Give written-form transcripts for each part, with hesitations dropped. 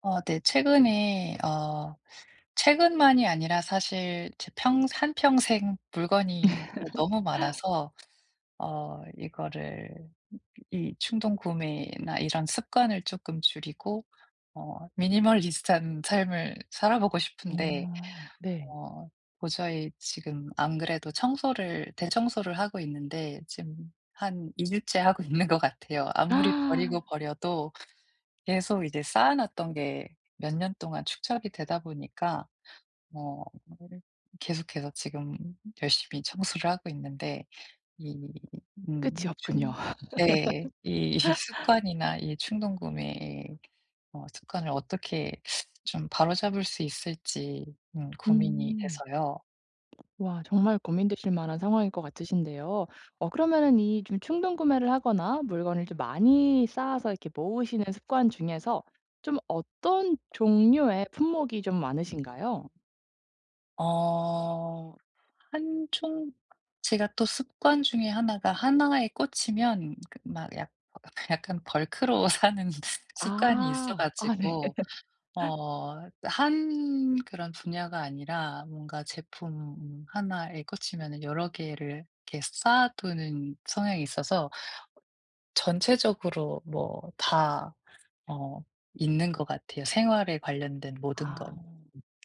네. 최근에 최근만이 아니라 사실 제 평 한평생 물건이 집에 너무 많아서 어 이거를 이 충동 구매나 이런 습관을 조금 줄이고 미니멀리스트한 삶을 살아보고 싶은데 어 네. 어 도저히 지금 안 그래도 청소를 대청소를 하고 있는데 지금 한 2 주째 하고 있는 것 같아요. 아무리 아, 버리고 버려도 계속 이제 쌓아놨던 게 몇 년 동안 축적이 되다 보니까 뭐 계속해서 지금 열심히 청소를 하고 있는데 이 끝이 없군요. 충 네. 이 습관이나 이 충동 구매의 습관을 어떻게 좀 바로잡을 수 있을지 고민이 음. 돼서요. 와, 정말 고민되실 만한 상황일 것 같으신데요. 그러면은 이 좀 충동 구매를 하거나 물건을 좀 많이 쌓아서 이렇게 모으시는 습관 중에서 좀 어떤 종류의 품목이 좀 많으신가요? 어 한종 제가 또 습관 중에 하나가 하나에 꽂히면 그 막 약 약간 벌크로 사는 습관이 있어 아. 아 네. 가지고 한 그런 분야가 아니라 뭔가 제품 하나에 꽂히면은 여러 개를 이렇게 쌓아두는 성향이 있어서 전체적으로 다 어 있는 것 같아요, 생활에 관련된 모든 아. 건.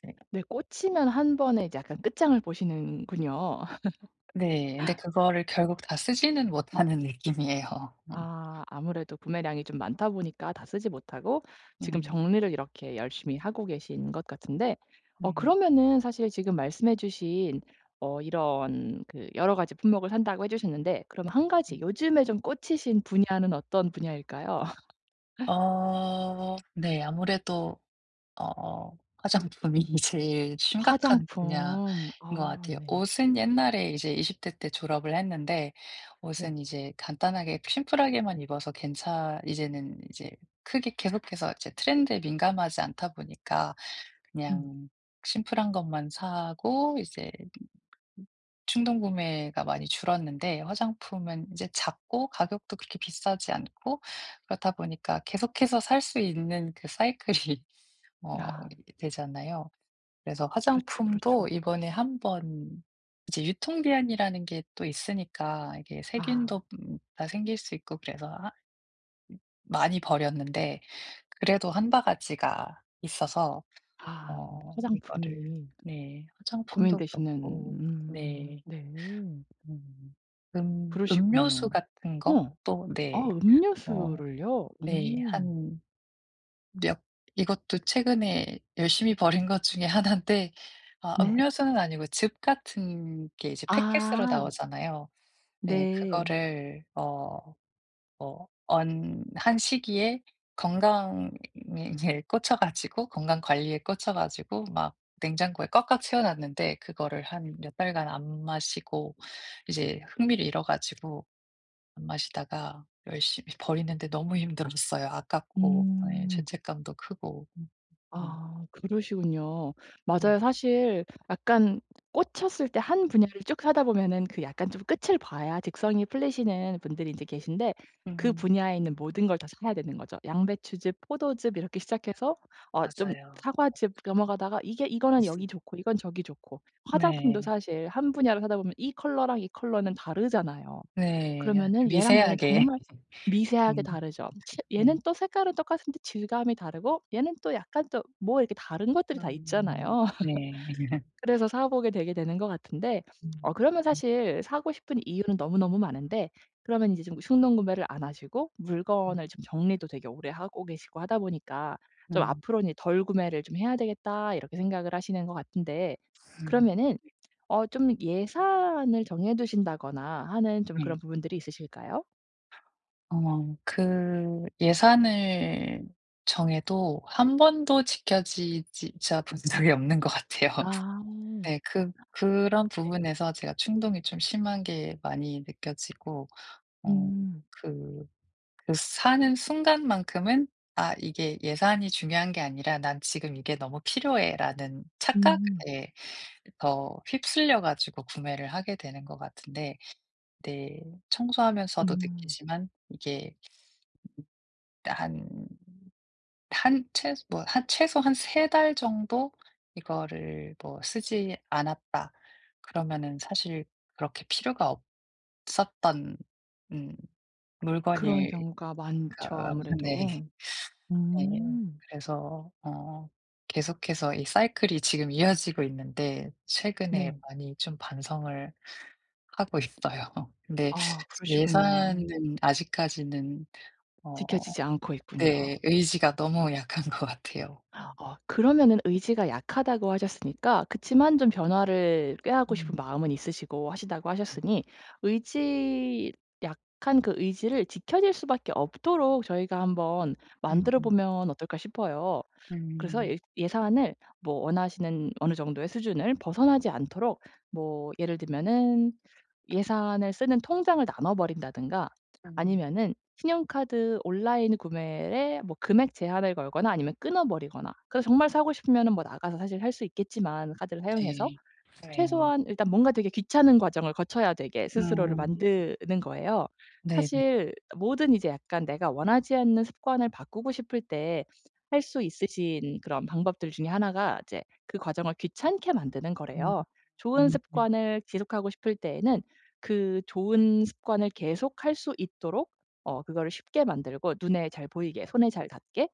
네. 네, 꽂히면 한 번에 이제 약간 끝장을 보시는군요. 네. 근데 그거를 결국 다 쓰지는 못하는 느낌이에요. 음. 아, 아무래도 구매량이 좀 많다 보니까 다 쓰지 못하고 지금 음. 정리를 이렇게 열심히 하고 계신 것 같은데, 네. 그러면은 사실 지금 말씀해 주신 이런 그 여러 가지 품목을 산다고 해 주셨는데, 그럼 한 음. 가지 요즘에 좀 꽂히신 분야는 어떤 분야일까요? 네. 아무래도 화장품이 제일 심각한 분야인 화장품. 것 아 같아요. 네. 옷은 옛날에 이제 20대 때 졸업을 했는데 네. 옷은 이제 간단하게 심플하게만 입어서 괜찮 이제는 이제 크게 계속해서 이제 트렌드에 민감하지 않다 보니까 음. 그냥 심플한 것만 사고 이제 충동 구매가 많이 줄었는데 화장품은 이제 작고 가격도 그렇게 비싸지 않고 그렇다 보니까 계속해서 살 수 있는 그 사이클이 아, 되잖아요. 그래서 그렇죠, 화장품도 그렇죠. 이번에 한번 이제 유통 기한이라는 게 또 있으니까 이게 아. 세균도 다 생길 수 있고 그래서 많이 버렸는데 그래도 한 바가지가 있어서 아, 어 이거를 화장품이 네 화장품도 고민되시는. 그렇고 네. 네. 음. 그러시군요. 음료수 같은 거 어. 또 아, 네. 어 음료수를요? 네. 음. 한 몇 이것도 최근에 열심히 버린 것 중에 하나인데 아 네. 음료수는 아니고 즙 같은 게 이제 패킷으로 아 나오잖아요. 네. 네. 그거를 어 뭐 언 한 시기에 건강에 이제 꽂혀 가지고 건강 관리에 꽂혀 가지고 막 냉장고에 꽉꽉 채워 놨는데 그거를 한 몇 달간 안 마시고 이제 흥미를 잃어 가지고 안 마시다가 열심히 버리는데 너무 힘들었어요. 아깝고 네, 음. 죄책감도 크고. 음. 음. 아, 그러시군요. 맞아요. 음. 사실 약간 꽂혔을 때 한 분야를 쭉 하다 보면은 그 약간 좀 끝을 봐야 직성이 풀리시는 분들이 이제 계신데, 그 음. 분야에 있는 모든 걸 다 사야 되는 거죠. 양배추즙, 포도즙 이렇게 시작해서 좀 맞아요. 사과즙 넘어가다가 이게, 이거는 여기 좋고 이건 저기 좋고, 화장품도 네. 사실 한 분야를 하다 보면 이 컬러랑 이 컬러는 다르잖아요. 네. 아주 그러면은 얘랑 얘는 미세하게. 정말 미세하게 다르죠. 치 얘는 네. 또 색깔은 똑같은데 질감이 다르고, 얘는 또 약간 또 뭐 이렇게 다른 것들이 네, 다 음. 있잖아요. 네. 그래서 사 보게 되게 되는 것 같은데, 음. 그러면 사실 사고 싶은 이유는 너무너무 많은데, 그러면 이제 좀 충동 구매를 안 하시고 물건을 음. 좀 정리도 되게 오래 하고 계시고 하다 보니까, 좀 음. '앞으로는 덜 구매를 좀 해야 되겠다.' 이렇게 생각을 하시는 것 같은데, 음, 그러면은 좀 예산을 정해 두신다거나 하는 좀 그런 네. 부분들이 있으실까요? 그 예산을 정해도 한 번도 지켜지지 본 적이 없는 것 같아요. 아. 네. 그 그런 네. 부분에서 제가 충동이 좀 심한 게 많이 느껴지고 어 음. 그 그 사는 순간만큼은 '아 이게 예산이 중요한 게 아니라 난 지금 이게 너무 필요해.'라는 음. 착각에 더 휩쓸려 가지고 구매를 하게 되는 것 같은데 네 청소하면서도 음. 느끼지만 이게 한 한 최소 한 세 달 정도 이거를 뭐 쓰지 않았다. 그러면은 사실 그렇게 필요가 없었던 음 그런 물건일까. 경우가 많죠, 네. 아무래도. 네. 음. 그래서 계속해서 이 사이클이 지금 이어지고 있는데 최근에 네. 많이 좀 반성을 하고 있어요. 근데 아, 그러시군요. 예산은 아직까지는 어 지켜지지 않고 있군요. 네, 의지가 너무 약한 것 같아요. 그러면은 의지가 약하다고 하셨으니까, 그치만 좀 변화를 꾀하고 싶은 음. 마음은 있으시고 하시다고 하셨으니, 의지 약한 그 의지를 지켜질 수밖에 없도록 저희가 한번 만들어 음. 보면 어떨까 싶어요. 그래서 음. 예, 예산을 뭐 원하시는 어느 정도의 수준을 벗어나지 않도록, 뭐 예를 들면은 예산을 쓰는 통장을 나눠 버린다든가, 음. 아니면은 신용카드 온라인 구매에 뭐 금액 제한을 걸거나, 아니면 끊어 버리거나, 그래서 정말 사고 싶으면은 뭐 나가서 사실 할 수 있겠지만 카드를 사용해서 네. 네, 최소한 일단 뭔가 되게 귀찮은 과정을 거쳐야 되게 스스로를 음. 만드는 거예요. 네네. 사실 뭐든 이제 약간 내가 원하지 않는 습관을 바꾸고 싶을 때 할 수 있으신 그런 방법들 중에 하나가 이제 그 과정을 귀찮게 만드는 음. 거래요. 좋은 음. 습관을 지속하고 싶을 때에는 그 좋은 습관을 계속할 수 있도록 그거를 쉽게 만들고 눈에 잘 보이게 손에 잘 닿게,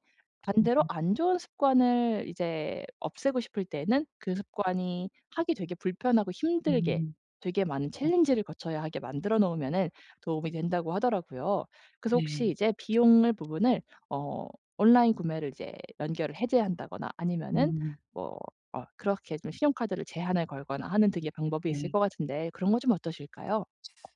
음. 반대로 안 좋은 습관을 이제 없애고 싶을 때는 그 습관이 하기 되게 불편하고 힘들게, 음. 되게 많은 그쵸. 챌린지를 거쳐야 하게 만들어 놓으면은 도움이 된다고 하더라고요. 그래서 혹시 네. 이제 비용을 부분을, 어 온라인 구매를 이제 연결을 해제한다거나, 아니면은 음. 뭐 그렇게 좀 신용카드를 제한을 걸거나 하는 되게 방법이 있을 네. 것 같은데, 그런 거 좀 어떠실까요?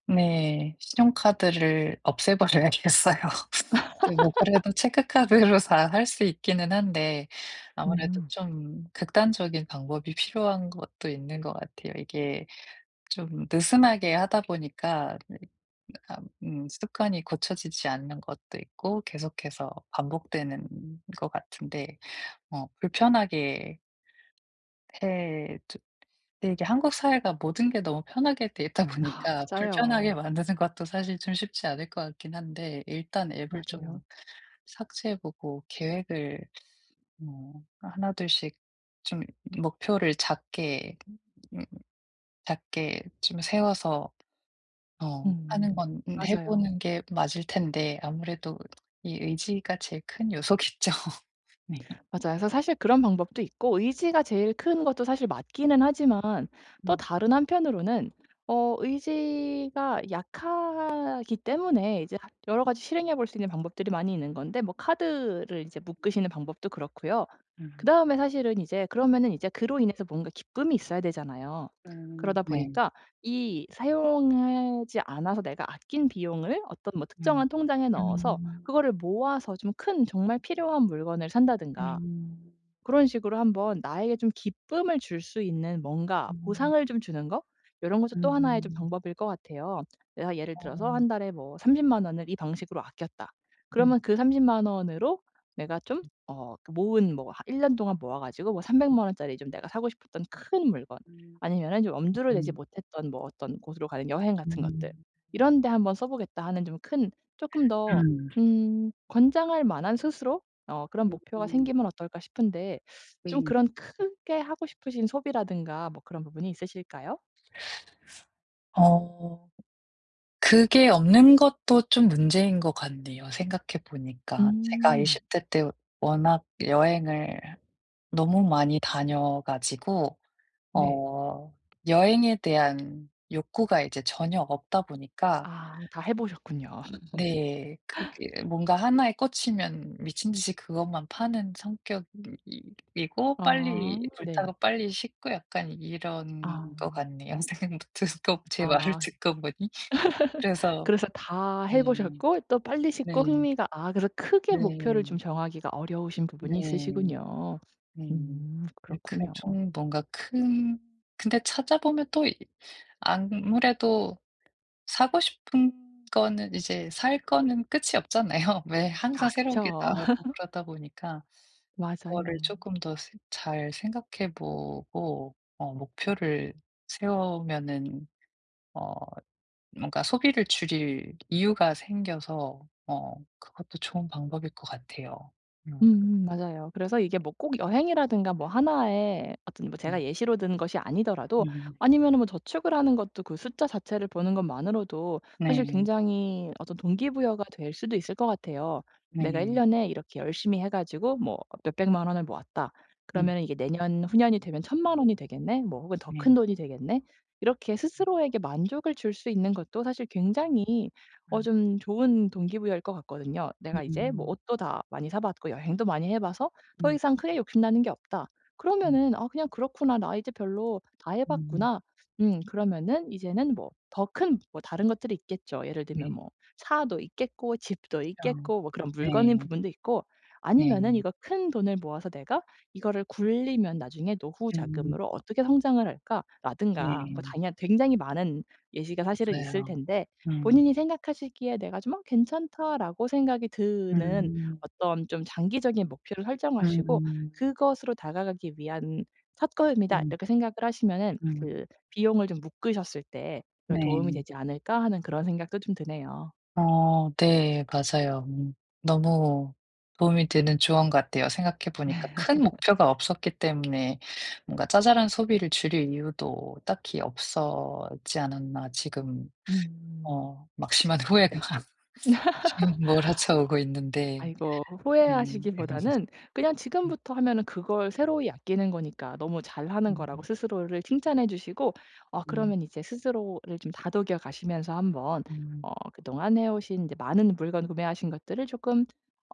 네. 신용카드를 없애버려야겠어요. 근데 뭐 그래도 체크카드로 다 할 수 있기는 한데 아무래도 음. 좀 극단적인 방법이 필요한 것도 있는 것 같아요. 이게 좀 느슨하게 하다 보니까 네, 습관이 고쳐지지 않는 것도 있고 계속해서 반복되는 것 같은데 어 불편하게 해 주 이게 한국 사회가 모든 게 너무 편하게 돼 있다 아, 보니까 불편하게 맞아요. 만드는 것도 사실 좀 쉽지 않을 것 같긴 한데 일단 앱을 좀 맞아요. 삭제해 보고 계획을 하나둘씩 좀 목표를 작게 음 작게 좀 세워서 어 음. 하는 건 해 맞아요. 보는 게 맞을 텐데 아무래도 이 의지가 제일 큰 요소겠죠. 네. 맞아요. 그래서 사실 그런 방법도 있고 의지가 제일 큰 것도 사실 맞기는 하지만, 음. 또 다른 한편으로는 의지가 약하기 때문에 이제 하 여러 가지 실행해 볼 수 있는 방법들이 많이 있는 건데, 뭐 카드를 이제 묶으시는 방법도 그렇고요. 음. 그다음에 사실은 이제 그러면은 이제 그로 인해서 뭔가 기쁨이 있어야 되잖아요. 음. 그러다 네. 보니까 이 사용하지 않아서 내가 아낀 비용을 어떤 뭐 음. 특정한 통장에 넣어서 음. 그거를 모아서 좀 큰 정말 필요한 물건을 산다든가, 음. 그런 식으로 한번 나에게 좀 기쁨을 줄 수 있는 뭔가 음. 보상을 좀 주는 거, 이런 것도 또 하나의 좀 음. 방법일 것 같아요. 내가 예를 들어서 어. 한 달에 뭐 30만 원을 이 방식으로 아꼈다. 음. 그러면 그 30만 원으로 내가 좀 그 모은 뭐일1년 동안 모아 가지고 뭐 3 0 0 음. 만 원짜리 좀 내가 사고 싶었던 큰 물건, 음. 아니면은 좀 엄두를 내지 음. 못했던 뭐 어떤 곳으로 가는 여행 같은 것들, 음. 이런 데 한번 써 보겠다 하는 좀 큰, 조금 더 음. 권장할 만한 스스로 그런 목표가 음, 생기면 어떨까 싶은데, 좀 음. 그런 크게 하고 싶으신 소비라든가 뭐 그런 부분이 있으실까요? 어. 그게 없는 것도 좀 문제인 것 같네요, 생각해 보니까. 제가 음. 20대 때 워낙 여행을 너무 많이 다녀 가지고 네. 어 여행에 대한 욕구가 이제 전혀 없다 보니까 아, 다 해 보셨군요. 네, 그게 뭔가 하나에 꽂히면 미친 듯이 그것만 파는 성격이고 아 빨리 네. 불타고 빨리 식고 약간 이런 것 아. 같네요. 생각 듣고 제 말을 아, 듣고 보니. 그래서 그래서 다 해 네. 보셨고 또 빨리 식고 네. 흥미가, 아 그래서 크게 목표를 좀 네. 정하기가 어려우신 부분이 네. 있으시군요. 네. 음, 네 그 그렇군요. 좀 뭔가 큰 근데 찾아보면 또 이 아무래도 사고 싶은 거는 이제 살 거는 끝이 없잖아요. 왜 아 항상 새로운 게 그쵸. 나오고 그러다 보니까 그거를 맞아요. 조금 더 잘 생각해 보고 목표를 세우면은 어 뭔가 소비를 줄일 이유가 생겨서 그것도 좋은 방법일 것 같아요. 음. 맞아요. 그래서 이게 뭐 꼭 여행이라든가 뭐 하나의 어떤 뭐 음. 제가 예시로 든 것이 아니더라도, 음. 아니면은 뭐 저축을 하는 것도 그 숫자 자체를 보는 것만으로도 사실 네. 굉장히 어떤 동기부여가 될 수도 있을 것 같아요. '내가 1 네. 년에 이렇게 열심히 해 가지고 뭐 몇백만 원을 모았다.' 음. 그러면은 이게 '내년, 후년이 되면 천만 원이 되겠네.' 뭐 혹은 '더 큰 네. 돈이 되겠네.' 이렇게 음. 스스로에게 만족을 줄 수 있는 것도 사실 굉장히 음. 좀 좋은 동기부여일 것 같거든요. 내가 이제 뭐 옷도 다 많이 사 봤고 여행도 많이 해 봐서 '더 음. 이상 크게 욕심나는 게 없다.' 그러면은 음. '아, 그냥 그렇구나. 나 이제 별로 다 해 음. 봤구나.' 음, 그러면은 이제는 뭐 더 큰 뭐 다른 것들이 있겠죠. 예를 들면 네. 뭐 차도 있겠고 집도 그쵸. 있겠고 뭐 그런 물건인 네. 부분도 있고, 아니면은 네. 이거 큰 돈을 모아서 내가 이거를 굴리면 나중에 '노후 음. 자금으로 어떻게 성장을 할까?'라든가, 뭐 네. 당연 굉장히 많은 예시가 사실은 있을 맞아요. 텐데, 음. 본인이 생각하시기에 '내가 좀 괜찮다.'라고 생각이 드는 음. 어떤 좀 장기적인 목표를 음. 음. 설정하시고, 음. '그것으로 다가가기 위한 첫 걸음이다.' 음. 이렇게 생각을 하시면은 그 음. 비용을 좀 묶으셨을 때 도움이 네. 되지 않을까.' 하는 그런 생각도 좀 드네요. 네. 맞아요. 음. 너무 도움이 되는 조언 같아요. 생각해 보니까 큰 목표가 없었기 때문에 뭔가 '짜잘한 소비를 줄일 이유도 딱히 없었지 않았나.' 지금 음. 막심한 후회가 지금 몰아쳐오고 있는데. 아이고. 네. 후회하시기보다는 그냥 음. 지금부터 하면은 그걸 새로이 아끼는 거니까 너무 잘하는 거라고 음. 스스로를 칭찬해 주시고, 음. 그러면 이제 스스로를 좀 다독여 가시면서 한번 음. 그동안 해 오신 이제 많은 물건 구매하신 것들을 조금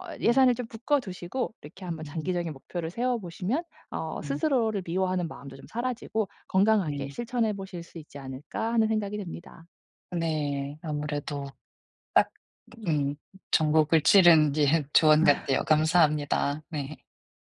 음. 예산을 좀 묶어 두시고, 이렇게 한번 음. 장기적인 목표를 세워 보시면 음. 스스로를 미워하는 마음도 좀 사라지고 건강하게 네. 실천해 보실 수 있지 않을까 하는 생각이 듭니다. 네. 아무래도 딱 음 전국을 찌른 예 조언 같아요. 감사합니다. 네.